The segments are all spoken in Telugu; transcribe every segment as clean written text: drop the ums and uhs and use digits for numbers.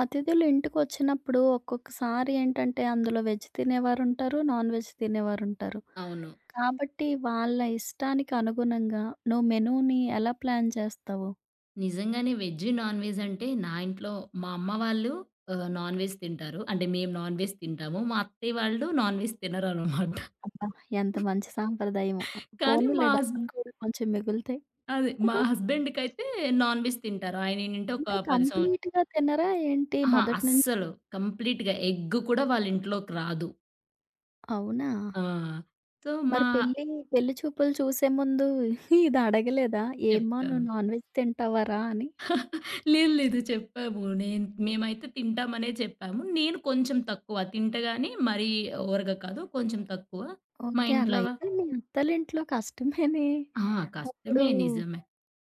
అతిథులు ఇంటికొచ్చినప్పుడు ఒక్కొక్కసారి ఏంటంటే, అందులో వెజ్ తినేవారుంటారు, నాన్ వెజ్ తినేవారుంటారు. అవును. కాబట్టి వాళ్ళ ఇష్టానికి అనుగుణంగా నువ్వు మెనూని ఎలా ప్లాన్ చేస్తావు? నిజంగానే వెజ్, నాన్ వెజ్ అంటే నా ఇంట్లో మా అమ్మ వాళ్ళు నాన్ వెజ్ తింటారు. అంటే మేము నాన్ వెజ్ తింటాము. మా అత్తయ్య వాళ్ళు నాన్ వెజ్ తినరనమాట. అబ్బా! ఎంత మంచి సాంప్రదాయమో. కానీ మా పోనీలే హస్ డబ్బులు కూడా కొంచెం మిగులుతాయి. అదే మా హస్బెండ్‌కైతే నాన్ వెజ్ తింటారు. ఆయనేంటంటే ఒక అంటే 10 సంవ కంప్లీట్‌గా తినరా ఏంటి అహా! మొదటి నుంచి? అస్సలు కంప్లీట్‌గా ఎగ్ కూడా వాళ్ళ ఇంట్లోకి రాదు. అవునా! ఆ! సో, మరి మా పెళ్లి పెళ్లి చూపులు చూసే ముందు ఇది అడగలేదా? "ఏమ్మా! నువ్వు చెప్పాము. నాన్ వెజ్ తింటావా రా" అని? లేదు, లేదు చెప్పాము. నేను మేమైతే తింటామనే చెప్పాము. నేను కొంచెం తక్కువ తింట గాని మరీ ఓవర్‌గా కాదు. కొంచెం తక్కువ. మా ఓకే. అలా ఇంట్లో అయితే మీ అత్తోళ్ళింట్లో కష్టమేనే. ఆ! అప్పుడు కష్టమే. నిజమే.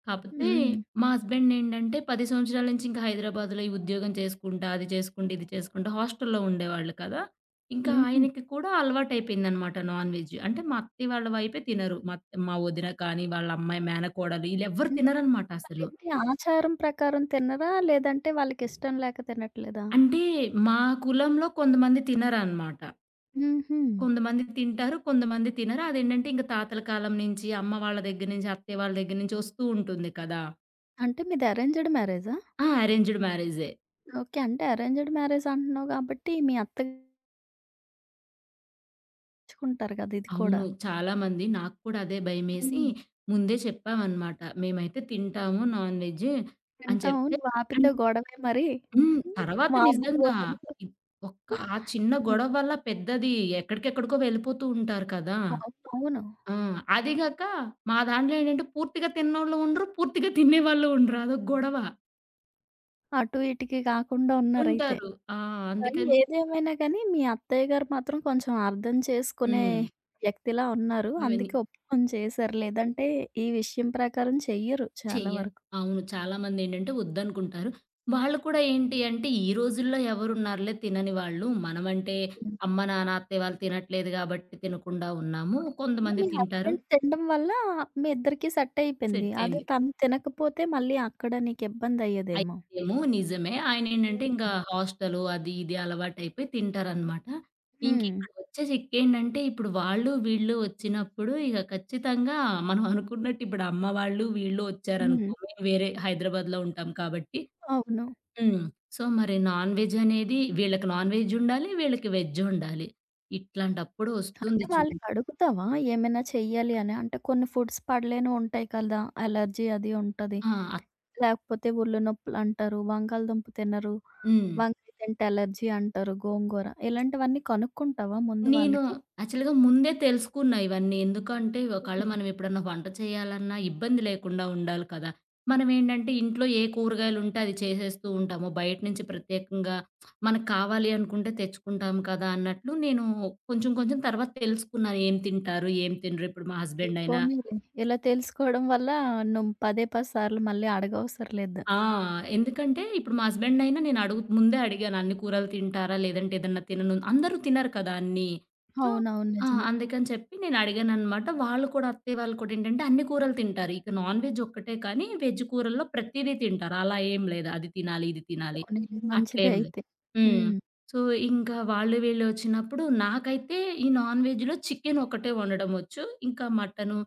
కాపోతే హ్మ్. మా హస్బెండ్ ఏంటంటే 10 సంవత్సరాల నుంచి ఇంకా హైదరాబాద్‌లో ఈ ఉద్యోగం చేసుకుంటా, అది చేసుకుంటా, ఇది చేసుకుంటా హాస్టల్‌లో ఉండేవాళ్ళు కదా! ఇంకా హుహు. ఆయనకి కూడా అలవాటైపోయిందనమాట నాన్ వెజ్. అంటే మా అత్తయ్య వాళ్ళ వైపే తినరు. మా వదిన కానీ, వాళ్ళ అమ్మాయి మేనకోడలు ఈళ్ళెవ్వరు అంటే తినరనమాట అసలు. వాళ్ళేంటి ఆచారం ప్రకారం తినరా? లేదంటే వాళ్ళకిష్టం లేక తినట్లేదా? అంటే మా కులంలో కొంతమంది తినరనమాట. హుహు. కొంతమంది తింటారు, కొంతమంది తినరు. అదేంటంటే ఇంక తాతల కాలం నుంచి, అమ్మ వాళ్ళ దగ్గర నుంచి, అత్తయ్య వాళ్ళ దగ్గర నుంచి వస్తూ ఉంటుంది కదా! అంటే మీది అరేంజ్డ్ మ్యారేజా? ఆ! అరేంజ్డ్ మ్యారేజే. ఓకే. అంటే అరేంజ్డ్ మ్యారేజ్ అంటున్నావు కాబట్టి మీ అత్తగారించుకుంటారు కదా! ఇది కూడా. అవును. చాలామంది నాకు కూడా అదే భయమేసి హ్మ్. ముందే చెప్పామనమాట. మేమైతే తింటాము నాన్ వెజ్ అని తింటాం చెప్తే నువ్వు అన్ ఆపితే గొడవే మరి. హ్మ్. తర్వాత నిజంగా మామూలుగుండదు. ఇప్ ఒక్క ఆ చిన్న హ్మ్. గొడవ వల్ల పెద్దది ఎక్కడికెక్కడికో వెళ్ళిపోతూ ఉంటారు కదా! అవును. అవును. ఆ! అది గాక మా దాంట్లో ఏంటంటే పూర్తిగా తిన్నోళ్ళు ఉండరు. పూర్తిగా తినేవాళ్ళు ఉండరు. అదొక గొడవ. అటు ఇటుకి కాకుండా ఉన్నారైతే. ఉంటారు. ఆ! కానీ అందుకని ఏదేమైనా గానీ, మీ అత్తయ్య గారు మాత్రం కొంచెం అర్థం చేసుకునే హ్మ్. వ్యక్తిలా ఉన్నారు. వెని అందుకే ఒప్పుకొని చేశారు. లేదంటే ఈ విషయం ప్రకారం చెయ్యరు చాలా చెయ్యరు. వరకు. అవును. చాలామందేంటంటే వద్దనుకుంటారు. వాళ్ళు కూడా ఏంటి అంటే, ఈ రోజుల్లో ఎవరున్నారులే తినని వాళ్ళు. మనమంటే హ్మ్. అమ్మ, నాన్న, అత్తయ్య వాళ్ళు తినట్లేదు గాబట్టి తినకుండా ఉన్నాము. అయినా కొంతమంది మీ తింటారు. హస్బెండ్ తినడం వల్ల మీ ఇద్దరికీ సెట్ అయిపోయింది. అదే సెట్టయింది. తను తినకపోతే మళ్ళీ అక్కడ నీకిబ్బందయ్యేదేమో. అయితేమో నిజమే. ఆయనేంటంటే హ్మ్. ఇంకా హాస్టలు అది ఇది అలవాటైపోయి తింటారనమాట. హ్మ్. ఇంకిక్కడొచ్చే చిక్కేంటంటే, ఇప్పుడు వాళ్ళు, వీళ్ళు వచ్చినప్పుడు ఇక ఖచ్చితంగా మనం అనుకున్నట్టు ఇప్పుడు అమ్మ వాళ్ళు, వీళ్ళు హ్మ్. వచ్చారనుకో మేము వేరే హైదరాబాద్‌లో ఉంటాం కాబట్టి అవును. హ్మ్. సో, మరి నాన్ వెజ్ అనేది వీళ్ళకి నాన్ వెజ్ ఉండాలి. వీళ్ళకి వెజ్ ఉండాలి. ఇట్లాంటప్పుడు అంటే ఒస్తుంది చూడు వాళ్ళని అడుగుతావా? ఏమైనా చెయ్యాలి అని? అంటే కొన్ని ఫుడ్స్ పడలేనివుంటాయి కదా! అలర్జీ అది ఉంటది. ఆ! అత్ లేకపోతే ఒళ్ళు నొప్పులంటారు, బంగాళదుంప తినరు, హ్మ్. వంకాయ తింటే ఎలర్జీ అంటారు, గోంగూర. ఇలాంటివన్నీ కనుక్కుంటావా ముందు నేను వాళ్ళకి? యాక్చువల్‌గా ముందే తెలుసుకున్నా ఇవన్నీ. ఎందుకంటే ఒకవేళ హ్మ్. మనం ఎప్పుడన్నా వంట చేయాలన్నా ఇబ్బంది లేకుండా ఉండాలి కదా! మనమేంటంటే ఇంట్లో ఏ కూరగాయలుంటే అది చేసేస్తూ ఉంటాము. బయట నుంచి ప్రత్యేకంగా మనకు కావాలి అనుకుంటే తెచ్చుకుంటాం కదా! అన్నట్లు నేను కొంచెం కొంచెం తర్వాత తెలుసుకున్నాను. ఏం తింటారు? ఏం తినరు? ఇప్పుడు మా ఏ హస్బెండ్ అయినా పోనీలే. ఇలా తెలుసుకోవడం వల్ల నువ్వు పదే పది సార్లు మళ్ళీ అడగవసరం లేదు. ఆ! ఎందుకంటే ఇప్పుడు మా హస్బెండ్ అయినా నేను అడుగు ముందే అడిగాను అన్ని కూరలు తింటారా? లేదంటే ఏదన్నా తినను అందరూ తినరు కదా! అన్నీ. సో అవునవును. ఆ! నిజమే. అందుకని చెప్పి నేను అడిగాననమాట. వాళ్ళు కూడా అత్తయ్య వాళ్ళు కూడా ఏంటంటే అన్ని కూరలు తింటారు. ఇక నాన్ వెజ్ ఒక్కటే కానీ వెజ్ కూరల్లో ప్రతీదీ తింటారు. అలా ఏం లేదు. అది తినాలి, ఇది తినాలి పోనీలే మంచిదే అట్లేం లేదు. అయితే. హ్మ్. హ్మ్. సో ఇంకా వాళ్ళు వీళ్ళు వచ్చినప్పుడు నాకైతే ఈ నాన్ వెజ్‌లో చికెన్ ఒకటే వండడం వచ్చు. ఇంకా మటను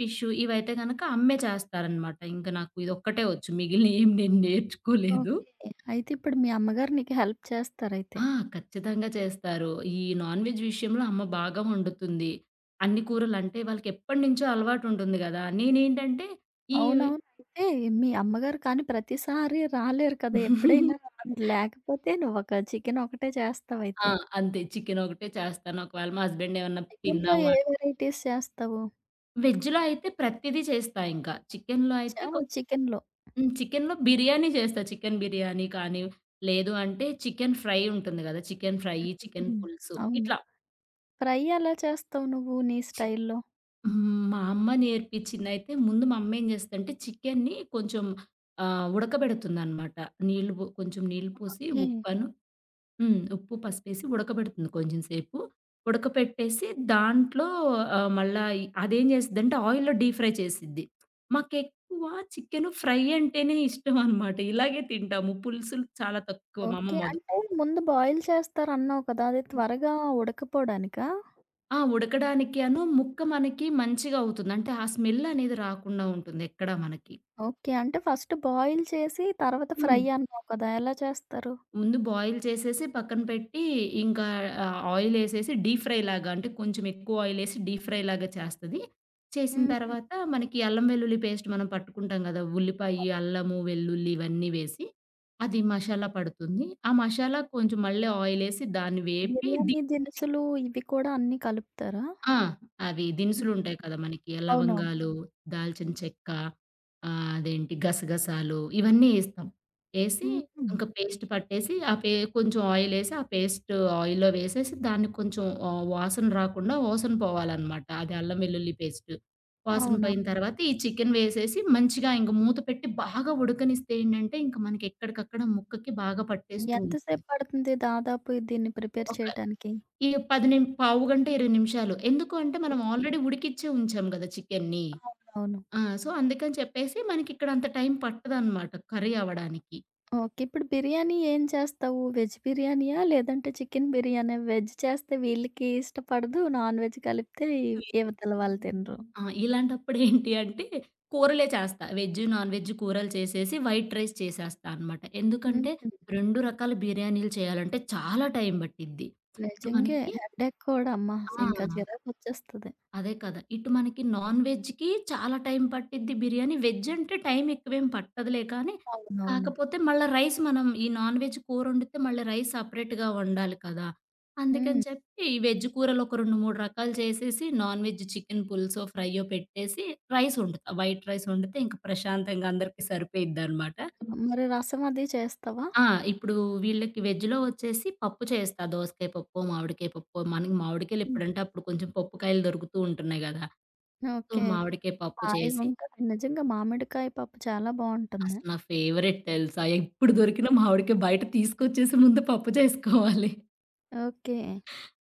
ఫిషు ఇవైతే గనక అమ్మే చేస్తారనమాట. ఇంక నాకు ఇదొక్కటే వచ్చు. మిగిలినయేం నేను నేర్చుకోలేదు. ఓకే. అయితే ఇప్పుడు మీ అమ్మగారు నీకు హెల్ప్ చేస్తారైతే. ఆ! ఖచ్చితంగా చేస్తారు. ఈ నాన్ వెజ్ విషయంలో అమ్మ బాగా వండుతుంది. అన్ని కూరలంటే వాళ్ళకెప్పటినుంచో అలవాటుంటుంది గదా! నేనేంటంటే ఈ అవునవును. అయితే మీ అమ్మగారు కానీ ప్రతిసారి రాలేరు కదా! ఎప్పుడైనా అది లేకపోతే నువ్వొక చికెన్ ఒకటే ఆ! చేస్తావైతే. అంతే. చికెనొకటే చేస్తాను. ఒకవేళ మా హస్బెండ్ ఏమన్నా చికెన్‌లో తిన్నాము ఏ వెరైటీస్ చేస్తావు? వెజ్‌లో అయితే ప్రతీదీ చేస్తా ఇంకా. చికెన్‌లో చ అయితే కొ ఆ! చికెన్‌లో. హ్మ్. చికెన్‌లో బిర్యానీ చేస్తా. చికెన్ బిర్యానీ కానీ, లేదు అంటే చికెన్ ఫ్రై ఉంటుంది గదా! చికెన్ ఫ్రై, చికెన్ హ్మ్. పులుసు అవును. ఇట్లా ఫ్రై ఎలా చేస్తావు నువ్వు నీ చి స్టైల్‌లో? హ్మ్. మా అమ్మ నేర్పించిందయితే ముందు మా అమ్మ ఏం చేస్తదంటే చికెన్‌ని కొంచెం ఉడకబెడుతుందనమాట. నీళ్లు బో కొంచెం నీళ్లు పోసి ఓకే. ఉప్పును హ్మ్. ఉప్పు, పసుపేసి ఉడకబెడుతుంది కొంచెం సేపు. ఉడకపెట్టేసి దాంట్లో మళ్ళా ఈ అదేం చేసిద్దంటే ఆయిల్‌లో డీప్ ఫ్రై చేసిద్ది. మాకెక్కువ చికెను ఫ్రై అంటేనే ఇష్టమనమాట. ఇలాగే తింటాము. పులుసులు చాలా తక్కువ మా అమ్మ ఓకే. మొద అంటే ముందు బాయిల్ చేస్తారన్నావు కదా! అది త్వరగా ఉడకపోడానికా? ఆ! ఉడకడానికి ముక్క మనకి మంచిగా అవుతుంది. అంటే ఆ స్మెల్ అనేది రాకుండా ఉంటుంది ఎక్కడా మనకి. ఓకే. అంటే ఫస్ట్ బాయిల్ చేసి తర్వాత హ్మ్. ఫ్రై అన్నావు కదా! ఎలా చేస్తారు? ముందు బాయిల్ చేసేసి పక్కన పెట్టి, ఇంకా ఆయిలేసేసి డీప్ ఫ్రై లాగా అంటే కొంచెం ఎక్కువ ఆయిలేసి డీప్ ఫ్రై లాగా చేస్తది. చేసిన హుహు. తర్వాత మనకి అల్లం వెల్లుల్లి పేస్ట్ మనం పట్టుకుంటాం గదా! ఉల్లిపాయి, అవును. అల్లము, వెల్లుల్లి ఇవన్నీ వేసి అది మసాలా పడుతుంది. ఆ మసాలా కొంచెం మళ్ళీ ఆయిలేసి దాన్ని వేపి ది బిర్యానీ దినుసులు ఇవి కూడా అన్నీ కలుపుతారా? ఆ! అవి హ్మ్. దినుసులుంటాయి కదా! మనకి అవునవును. లవంగాలు, హ్మ్. దాల్చిన చెక్క అదేంటి గసగసాలు ఇవన్నీ ఏస్తాం. ఏసి హ్మ్. ఇంక పేస్ట్ పట్టేసి ఆ పే కొంచెం ఆయిలేసి ఆ పేస్ట్ ఆయిల్‌లో వేసేసి దాన్ని కొంచెం వాసన రాకుండా వాసన పోవాలనమాట. అది అల్లం వెల్లుల్లి పేస్ట్. వాసన అవునా? పోయిన తర్వాత ఈ చికెన్ వేసేసి మంచిగా ఇంక మూత పెట్టి బాగా ఉడకనిస్తే ఏంటంటే ఇంక మనకి ఎక్కడికక్కడ ముక్కకి బాగా హ్మ్. పట్టేస్తూ ఎంత ఉంటుంది. సేపు పడుతుంది దాదాపు దీన్ని ప్రిపేర్ ఒక చేయటానికి? ఈ 10 నిం పావుగంట, 20 నిమిషాలు. ఎందుకు అంటే మనం ఆల్రెడీ ఉడికిచ్చే ఉంచాం గదా! చికెన్ని. అవునవును. ఆ! సో, అందుకని చెప్పేసి మనకిక్కడ అంత టైం పట్టదనమాట కర్రీ అవ్వడానికి. ఓకే. ఇప్పుడు బిర్యానీ ఏం చేస్తావు? వెజ్ బిర్యానీయా? లేదంటే చికెన్ బిర్యానా? వెజ్ చేస్తే వీళ్ళకి ఇష్టపడదు. నాన్ వెజ్ కలిపితే ఇ వేరే ఇవతల వాళ్ళు తినరు. ఆ! ఇలాంటప్పుడేంటి అంటే కూరలే చేస్తా. వెజ్, నాన్ వెజ్ కూరలు చేసేసి వైట్ రైస్ చేసేస్తా అనమాట. హ్మ్. ఎందుకంటే 2 రకాల బిర్యానీలు చేయాలంటే చాలా టైం పట్టిద్ది. ఇటు నిజంగే. మనకి హెడేక్ కూడా అమ్మ. ఆ! ఇంకా చిరాకొచ్చేస్తది. అదే కదా! ఇటు మనకి నాన్ వెజ్‌కి చాలా టైం పట్టిద్ది బిర్యానీ. వెజ్ అంటే టైం ఎక్కువేం పట్టదులే కానీ, అవునవును. కాకపోతే మళ్ళా రైస్ మనం ఈ నాన్ వెజ్ కూరొండితే మళ్ళీ రైస్ సెపరేట్‌గా వండాలి కదా! అందుకని హ్మ్. చెప్పి ఈ వెజ్ కూరలు ఒక 2, 3 రకాలు చేసేసి నాన్ వెజ్ చికెన్ పులుసో, ఫ్రైయో పెట్టేసి రైస్ వండుతా. వైట్ రైస్ వండితే ఇంక ప్రశాంతంగా అందరికీ సరిపోయిద్దనమాట. మరి రసం అది చేస్తావా? ఆ! ఇప్పుడు వీళ్ళకి వెజ్‌లో వచ్చేసి పప్పు చేస్తా. దోసకాయ పప్పో, మామిడికాయ పప్పో మనకి మామిడికాయలు హ్మ్. ఎప్పుడంటే అప్పుడు కొంచెం పప్పు కాయలు దొరుకుతూ ఉంటున్నాయి గదా! So, okay. మామిడికాయ పప్పు చేసి హాయిగుంటది. నిజంగా మామిడికాయ పప్పు చాలా బావుంటుంది. అసలు నా ఫేవరెట్ తెలుసా? ఎప్పుడు దొరికిన హ్మ్. మామిడికాయ బయట తీసుకొచ్చేసి ముందు పప్పు చేసుకోవాలి. ఓకే.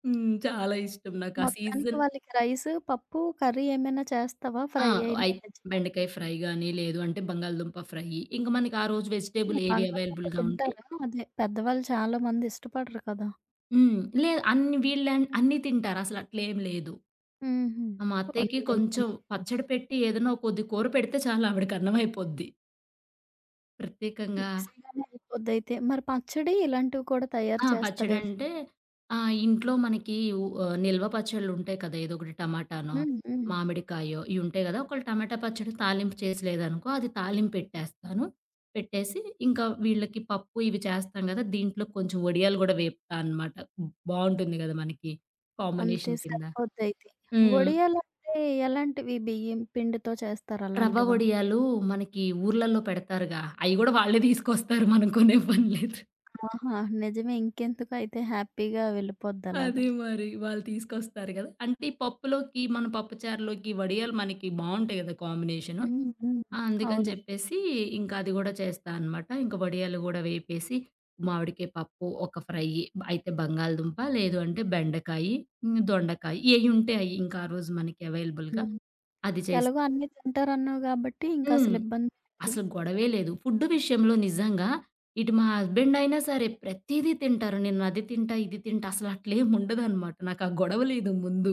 హ్మ్. చాలా ఇష్టం నాకు. మొత్తానికి వాళ్ళకి రైసు, పప్పు, కర్రీ ఏమైనా చేస్తావా? ఆ! ఫ్రై అయిన అయి వెజ్‌లో? బెండకాయ ఫ్రై గాని, లేదు అంటే బంగాళదుంప ఫ్రై. ఇంక మనకి ఆ రోజు హ్మ్. వెజిటబుల్ ఏవి బంగాళదుంప అవైలబుల్‌గా ఉంటే తింటారా? అదే పెద్దవాళ్ళు చాలా మంది ఇష్టపడరు కదా! హ్మ్. లేదు అన్ని వీళ్ళ అన్నీ తింటారు. అసలు అట్లేం లేదు. హుహు. మా అత్తయ్యకి పోనీలైతే కొంచెం నీకు పచ్చడి పెట్టి ఏదైనా కొద్ది కూర పెడితే చాలు ఆవిడకి అన్నం అయిపోద్ది. ప్రత్యేకంగా ఈజీగానే అయిపోద్దయితే. మరి పచ్చడి ఇలాంటివి కూడా తయారు ఆ! చేస్తావేమో? పచ్చడంటే ఆహ్, ఇంట్లో మనకి ఉ ఆహ్, నిల్వ పచ్చళ్ళుంటాయి కదా! ఏదో ఒకటి టమాటానో, హ్మ్. హ్మ్. మామిడికాయో ఇయుంటాయి గదా! ఒకవేళ టమాటా పచ్చడి తాలింపు చేసి లేదనుకో అది తాలింపెట్టేస్తాను. పెట్టేసి ఇంకా వీళ్ళకి పప్పు ఇవి చేస్తాం గదా! దీంట్లో కొంచెం వడియాలు గూడా వేపుతా అనమాట. బావుంటుంది గదా! మనకి అంతే కాంబినేషన్ కింద. సరిపోద్దయితే. హ్మ్. వడియాలంటే ఎలాంటివి బియ్యం పిండితో చేస్తారు రవ్వ అలాంటివా? వడియాలు మనకి ఊర్లల్లో పెడతారుగా! అయి గూడా వాళ్ళే తీసుకొస్తారు. మనం కొనే పని లేదు. ఆహా! నిజమే ఇంకెందుకు అయితే హ్యాపీగా అది వెళ్ళిపోద్దలాగా. మరి. వాళ్ళు తీసుకొస్తారు గదా! అంటే ఈ పప్పులోకి మన పప్పుచారులోకి వడియాలు మనకి బావుంటాయి గదా! కాంబినేషను. హ్మ్. హ్మ్. ఆ! అందుకని అవును. చెప్పేసి ఇంకా అది గూడా చేస్తా అనమాట. ఇంక వడియాలు గూడా వేపేసి మామిడికాయ పప్పు, ఒక ఫ్రై అయితే బంగాళదుంప లేదు అంటే బెండకాయి, హ్మ్, దొండకాయ ఏయుంటే అయి ఇంకా ఆ రోజు మనకి అవైలబుల్‌గా హ్మ్. అది చేసి ఎలాగో అన్నీ తింటారన్నావు గాబట్టి హ్మ్. ఇంకసలు ఇబ్బంది లేదు. అసలు గొడవే లేదు. ఫుడ్ విషయంలో నిజంగా ఇటు మా హస్బెండ్ అయినా సరే ప్రతీదీ తింటారు. నేను అది తింటా, ఇది తింటా అసలు అట్లేం ఉండదనమాట. నాకు ఆ గొడవ లేదు ముందు.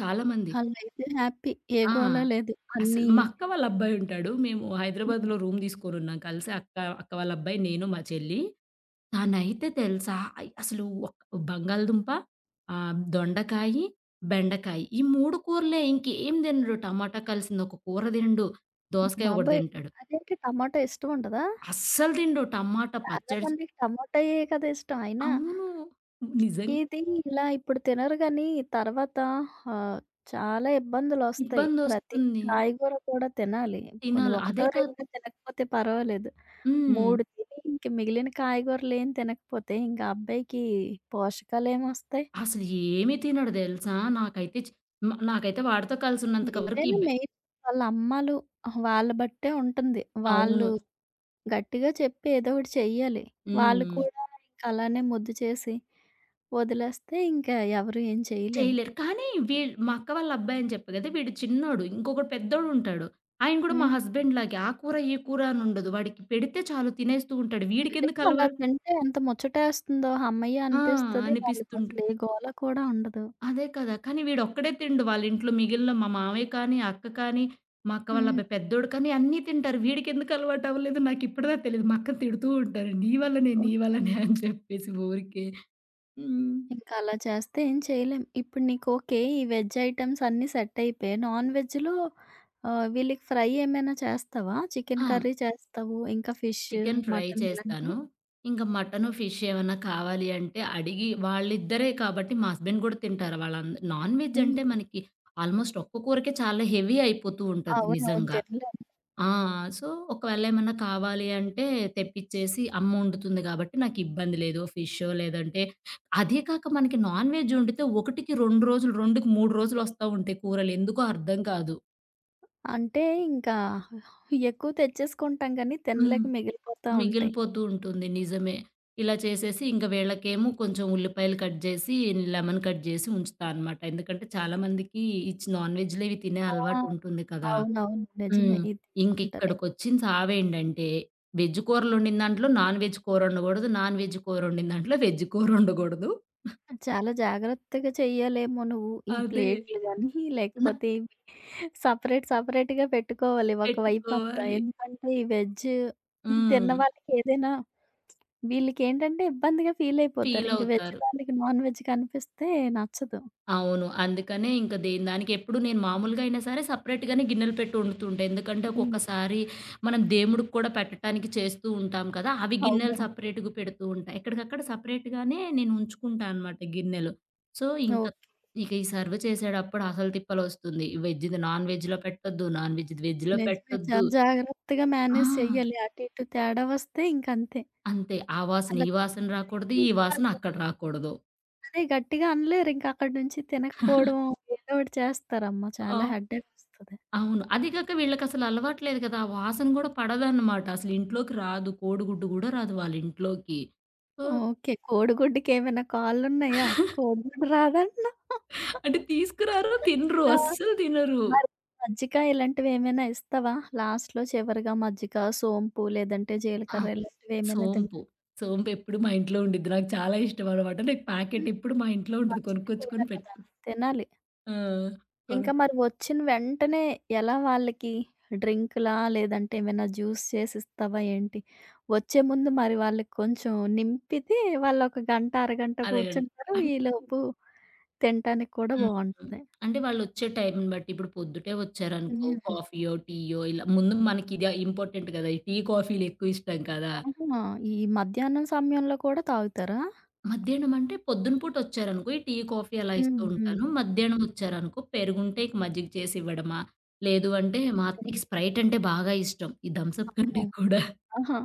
చాలామంది ఆళ్ళైతే హ్యాపీ. ఏ ఆ! గోల లేదు. అసలు అన్నీ మా అక్క వాళ్ళ అబ్బాయి ఉంటాడు. మేము హ్మ్. హైదరాబాద్‌లో రూమ్ తీసుకొనున్నాం కలిసి అక్క, అక్క వాళ్ళ అబ్బాయి, నేను, మా చెల్లి. తనైతే తెలుసా అయ్ అసలు ఒక్ బంగాళదుంప, దొండకాయి, బెండకాయి ఈ 3 కూరలే ఇంకేం తినడు. టమాటా కలిసింది ఒక కూర తినడు. దోసకాయ ఒకటి బాబోయ్! తింటాడు. అదేంటి టమాటా ఇష్టం ఉండదా? అస్సలు తినడు. టమాటా చాలా పచ్చడి మందికి టమాటాయే కదా ఇష్టం. అయినా అవును. నిజం. ఇది ఇలా ఇప్పుడు తినరు గానీ తర్వాత ఆహ్, చాలా ఇబ్బందులొస్తాయి. ప్రతి ఇబ్బందొస్తుంది. కాయగూర కూడా తినాలి. పోనీ తినాలి. అదే ఒకటో కాదు రెండో తినకపోతే పర్వాలేదు. హ్మ్. 3 తిని ఇంక మిగిలిన కాయగూరలేం తినకపోతే ఇంక ఆ అబ్బాయికి పోషకాలేమొస్తాయి? అసలు ఏమి తినడు తెలుసా? నాకైతే చ్ మ నాకైతే వాడితో కలిసి ఉన్నంత వరకు ఏదైనా మెయిన్ వాళ్ళ అమ్మలు వాళ్ళ బట్టే ఉంటుంది. అవును. వాళ్ళు గట్టిగా చెప్పి ఏదో ఒకటి చెయ్యాలి. వాళ్ళు హ్మ్. కూడా ఇంక అలానే ముద్దు చేసి వదిలేస్తే ఇంకా ఎవరు ఏం చేయలేం. చేయలేరు. కానీ వీ మా అక్క వాళ్ళ అబ్బాయి అని చెప్పా కదా! వీడు చిన్నోడు. ఇంకొకడు పెద్దోడుంటాడు. ఆయన కూడా మా హ్మ్. హస్బెండ్ లాగే ఆ కూర, ఈ కూర అని ఉండదు. వాడికి పెడితే చాలు తినేస్తూ ఉంటాడు. వీడికెందుకు నిజంగా అలా అలవాటు తింటే ఎంత ముచ్చటేస్తుందో హమ్మయ్య ఆ! అనిపిస్తది. వాళ్ళకి అనిపిస్తుంటుంది. అసలు ఏ గోల కూడా ఉండదు. అదే కదా! కానీ వీడొక్కడే తినడు. వాళ్ళింట్లో మిగిలిన మా మామయ్య కానీ, అక్క కానీ, మా అక్క వాళ్ళ అబ్బాయి హ్మ్. పెద్దోడు కానీ అన్నీ తింటారు. వీడికెందుకు అలవాటు అవ్వలేదు నాకిప్పటిదాకా తెలీదు. మా అక్కని తిడుతూ ఉంటారు. "నీ వల్లనే, నీ ఓకే. వల్లనే" అని చెప్పేసి ఊరికే. హ్మ్. ఇంకా అలా చేస్తే ఏం చేయలేం. ఇప్పుడు నీకు ఓకే. ఈ వెజ్ ఐటెమ్స్ అన్నీ సెట్ అయిపోయాయి. నాన్ వెజ్‌లో వీళ్ళకి ఫ్రై ఏమైనా చేస్తావా? చికెన్ ఆ! కర్రీ చేస్తావు, ఇంకా ఫిష్, చికెన్ ఫ్రై మటన్ ఇలాంటివి? చేస్తాను. ఇంక మటను, ఫిష్ ఏమన్నా కావాలి అంటే అడిగి వాళ్ళిద్దరే కాబట్టి మా హస్బెండ్ గూడా తింటారు. నాన్ వెజ్ అంటే హ్మ్. మనకి ఆల్మోస్ట్ ఒక్క కూరకే చాలా హెవీ అయిపోతూ ఉంటది అవునవును. నిజంగా. తినలేం. ఆ! సో, ఒకవేళ ఏమన్నా కావాలి అంటే తెప్పిచ్చేసి అమ్మ వండుతుంది గాబట్టి నాకిబ్బంది లేదు. ఫిషో లేదంటే అదే కాక మనకి నాన్ వెజ్ వండితే 1కి 2 రోజులు, 2కి 3 రోజులు వస్తా ఉంటాయి కూరలు. ఎందుకో అర్థం కాదు. అంటే ఇంకా ఎక్కువ తెచ్చేసుకుంటాం కానీ హ్మ్. తినలేక మిగిలిపోతా ఉంటాయి. మిగిలిపోతూ ఉంటుంది. నిజమే. ఇలా చేసేసి ఇంక వీళ్ళకేమో కొంచెం ఉల్లిపాయలు కట్ జేసి, లెమన్ కట్ జేసి ఉంచుతా అనమాట. ఎందుకంటే చాలా మందికి ఈ చ్ నాన్ వెజ్‌లు ఇవి తినే ఆ! అలవాటు ఉంటుంది కదా! అవునవును. నిజమే. హ్మ్. ఇది తీసుకుంటారు. ఇంకిక్కడికొచ్చిన సావేంటంటే, వెజ్ కూరలొండిన దాంట్లో నాన్ వెజ్ కూరొండకూడదు. నాన్ వెజ్ కూరొండిన దాంట్లో వెజ్ కూరొండకూడదు. చాలా జాగ్రత్తగా చెయ్యాలేమో నువ్వు ఈ అదే. ప్లేట్‌లు గాని న లేకపోతే ఇవి సెపరేట్‌గా పెట్టుకోవాలి ఒకవైపు అంతా. పెట్టుకోవాలి. ఎందుకంటే ఈ వెజ్ తిన్న హ్మ్. వాళ్ళకి ఏదైనా వీళ్ళకేంటంటే ఇబ్బందిగా ఫీల్ అయిపోతారు. ఇంక వెజ్ ఫీలవుతారు. వాళ్ళకి నాన్ వెజ్ కనిపిస్తే నచ్చదు. అవును. అందుకనే ఇంక దేని దానికి ఎప్పుడు నేను మామూలుగా అయినా సరే సెపరేట్‌గానే గిన్నెలు పెట్టి వండుతుంటా. ఎందుకంటే హ్మ్. ఒక్కొక్కసారి మనం దేవుడికి కూడా పెట్టటానికి చేస్తూ ఉంటాం కదా! అవి గిన్నెలు అవునవును. సెపరేట్‌గా పెడుతూ ఉంటా. ఎక్కడికక్కడ సెపరేట్‌గానే నేను ఉంచుకుంటా అనమాట గిన్నెలు. సో, ఇంక ఓకే. ఇక ఈ సర్వ్ చేసేటప్పుడు అసలు తిప్పలొస్తుంది. వెజ్‌ది నాన్ వెజ్‌లో పెట్టొద్దు. నాన్ వెజ్‌ది వెజ్‌లో నిజమే. పెట్టొద్దు. చాలా జాగ్రత్తగా ఆ! మేనేజ్ చెయ్యాలి. అటు ఇటు తేడా వస్తే ఇంకంతే. అంతే. ఆ వాసన అలా ఈ వాసన రాకూడదు. జరిగితే ఈ ఇంక వాసన వాళ్ళు అక్కడ రాకూడదు. అదే గట్టిగా అనలేరు. ఇంక అక్కడి నుంచి తినకపోవడం ఏదో ఒకటి చేస్తారమ్మా. చాలా ఆ! హెడ్‌ఏక్ వస్తది. అవును. అది గాక వీళ్ళకసలు అలవాట్లేదు కదా! ఆ వాసన గూడా పడదనమాట. అసలు ఇంట్లోకి రాదు. కోడిగుడ్డు గూడా రాదు వాళ్ళింట్లోకి. So okay. కోడిగుడ్డుకి ఏమైనా కాళ్ళున్నాయా? కోడిగుడ్డు రాదంటున్నావు. అంటే తీసుకురారు, తినరు. ఆ! అస్సలు తినరు. మరి మజ్జిక ఇలాంటివి ఏమైనా ఇస్తావా? లాస్ట్‌లో చివరిగా మజ్జిక, సోంపు లేదంటే ఆ! జీలకర్ర ఇలాంటివి ఏమైనా తింటావా? సోంపు. సోంపెప్పుడు మా ఇంట్లో ఉండిద్ది. నాకు చాలా ఇష్టం అనమాట. నాకు ప్యాకెట్ ఇప్పుడు మా ఇంట్లో ఉంటది. మంచిది కూడా కొనుక్కొచ్చుకొని కదా! పెట్టుకు తినాలి. ఆ! కొను ఇంకా మరి వచ్చిన వెంటనే ఎలా వాళ్ళకి డ్రింక్‌లా? లేదంటే ఏమైనా జ్యూస్ చేసిస్తావా ఏంటి? వచ్చే ముందు మరి వాళ్ళకి కొంచెం నింపితే వాళ్ళొక గంట, అరగంట అదేండి. కూర్చుంటారు. అన్ ఈలోపు తినటానికి కూడా హ్మ్. బావుంటది. అంటే వాళ్ళొచ్చే టైంని బట్టి ఇప్పుడు పొద్దుటే వచ్చారనుకో, హ్మ్. కాఫీయో, టీయో ఇలా ముందు మనకిదే ఇంపార్టెంట్ గదా! ఈ టీ, కాఫీ‌లెక్కువ ఇష్టం కదా! ఆహా! ఈ మధ్యాహ్నం సమయంలో కూడా తాగుతారా? మధ్యాహ్నం అంటే పొద్దున పూట వచ్చారనుకో, ఈ టీ, కాఫీ అలా హ్మ్. ఇస్తూ హ్మ్. హ్మ్. ఉంటాను. మధ్యాహ్నం వచ్చారనుకో, పెరుగుంటే ఇక మజ్జిగ చేసి ఇవ్వడమా, లేదు అంటే మా అత్తయ్యకి స్ప్రైట్ అంటే బాగా ఇష్టం. ఈ థమ్స్ అప్ కంటే అమ్మో! కూడా ఆహా!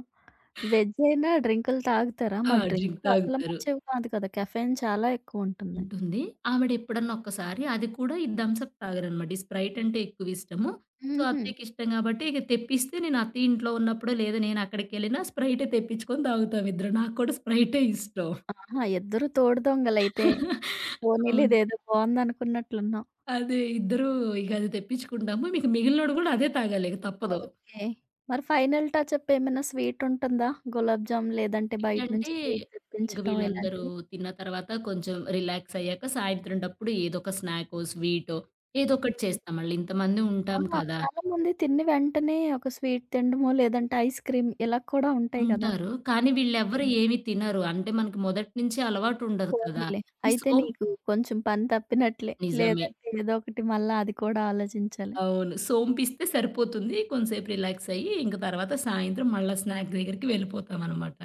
వెజ్ అయినా డ్రింకులు తాగుతారా? ఆ! మరి డ్రింక్ డ్రింకులు అసలు తాగుతారు. మంచివి కాదు కదా! కెఫెయిన్ చాలా ఎక్కువుంటుంది. ఉంటుంది. ఆవిడ ఎప్పుడన్నా ఒక్కసారి అది కూడా ఈ థమ్స్ అప్ తాగరనమాట. ఈ స్ప్రైట్ అంటే ఎక్కువ ఇష్టము. సో, హుహు. అత్తయ్యకి ఇష్టం కాబట్టి ఇక తెప్పిస్తే నేను అత్తయ్య ఇంట్లో ఉన్నప్పుడో, లేదా నేను అక్కడికెళ్ళినా స్ప్రైటే తెప్పించుకొని తాగుతాం ఇద్దరం. నాకు కూడా స్ప్రైటే ఇష్టం. ఆహా! ఇద్దరు తోడు దొంగలైతే. పోనీలే అవును. ఇదేదో బావుందనుకున్నట్లున్నాం. అదే ఇద్దరూ ఇక అది తెప్పించుకుంటాము. మీకు మిగిలినోడు గూడా అదే తాగాలి ఇక తప్పదు. ఓకే. మరి ఫైనల్ టచప్ ఏమైనా స్వీట్ ఉంటుందా? గులాబ్ జామ్ లేదంటే బయట వీళ్ళంటే నుంచి స్వీట్ ఇంక తెప్పించటం వీళ్ళందరూ ఇలాంటివి? తిన్న తర్వాత కొంచెం రిలాక్స్ అయ్యాక సాయంత్రంటప్పుడు ఏదో ఒక స్నాకో, స్వీటో ఏదో ఒకటి చేస్తాం మళ్ళీ. ఇంతమంది ఉంటాం ఆహా! కదా! చాలా మంది తిన్న వెంటనే ఒక స్వీట్ తినడమో, లేదంటే ఐస్ క్రీమ్ ఇలా కూడా ఉంటాయి కదా! ఉంటారు. కానీ వీళ్ళెవ్వరు హ్మ్. ఏమి తినరు. అంటే మనకి మొదటి నుంచి అలవాటు ఉండదు కదా! పోనీలే. ఈ అయితే సోం నీకు కొంచెం పని తప్పినట్లే. నిజమే. లేదంటే ఏదో ఒకటి మళ్ళా అది కూడా ఆలోచించాలి. అవును. సోంపిస్తే సరిపోతుంది. కొంసేపు రిలాక్స్ అయ్యి ఇంక తర్వాత సాయంత్రం మళ్ళా స్నాక్ దగ్గరికి వెళ్ళిపోతామనమాట.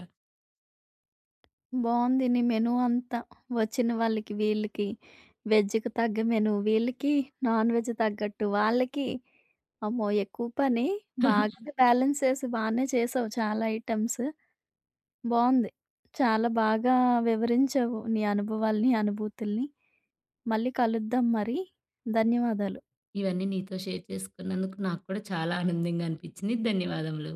బావుంది నీ మెనూ అంతా. వచ్చిన వాళ్ళకి, వీళ్ళకి వెజ్‌కి తగ్గ మెనూ, వీళ్ళకి నాన్ వెజ్ తగ్గట్టు వాళ్ళకి అమ్మో! ఎక్కువ పనే. బాగానే బ్యాలెన్స్ చేసి బానే చేసావు చాలా ఐటెమ్స్. బావుంది. చాలా బాగా వివరించావు నీ అనుభవాల్ని, అనుభూతుల్ని. మళ్ళీ కలుద్దాం మరి. ధన్యవాదాలు. ఇవన్నీ నీతో షేర్ చేసుకున్నందుకు నాకు కూడా చాలా ఆనందంగా అనిపించింది. ధన్యవాదములు.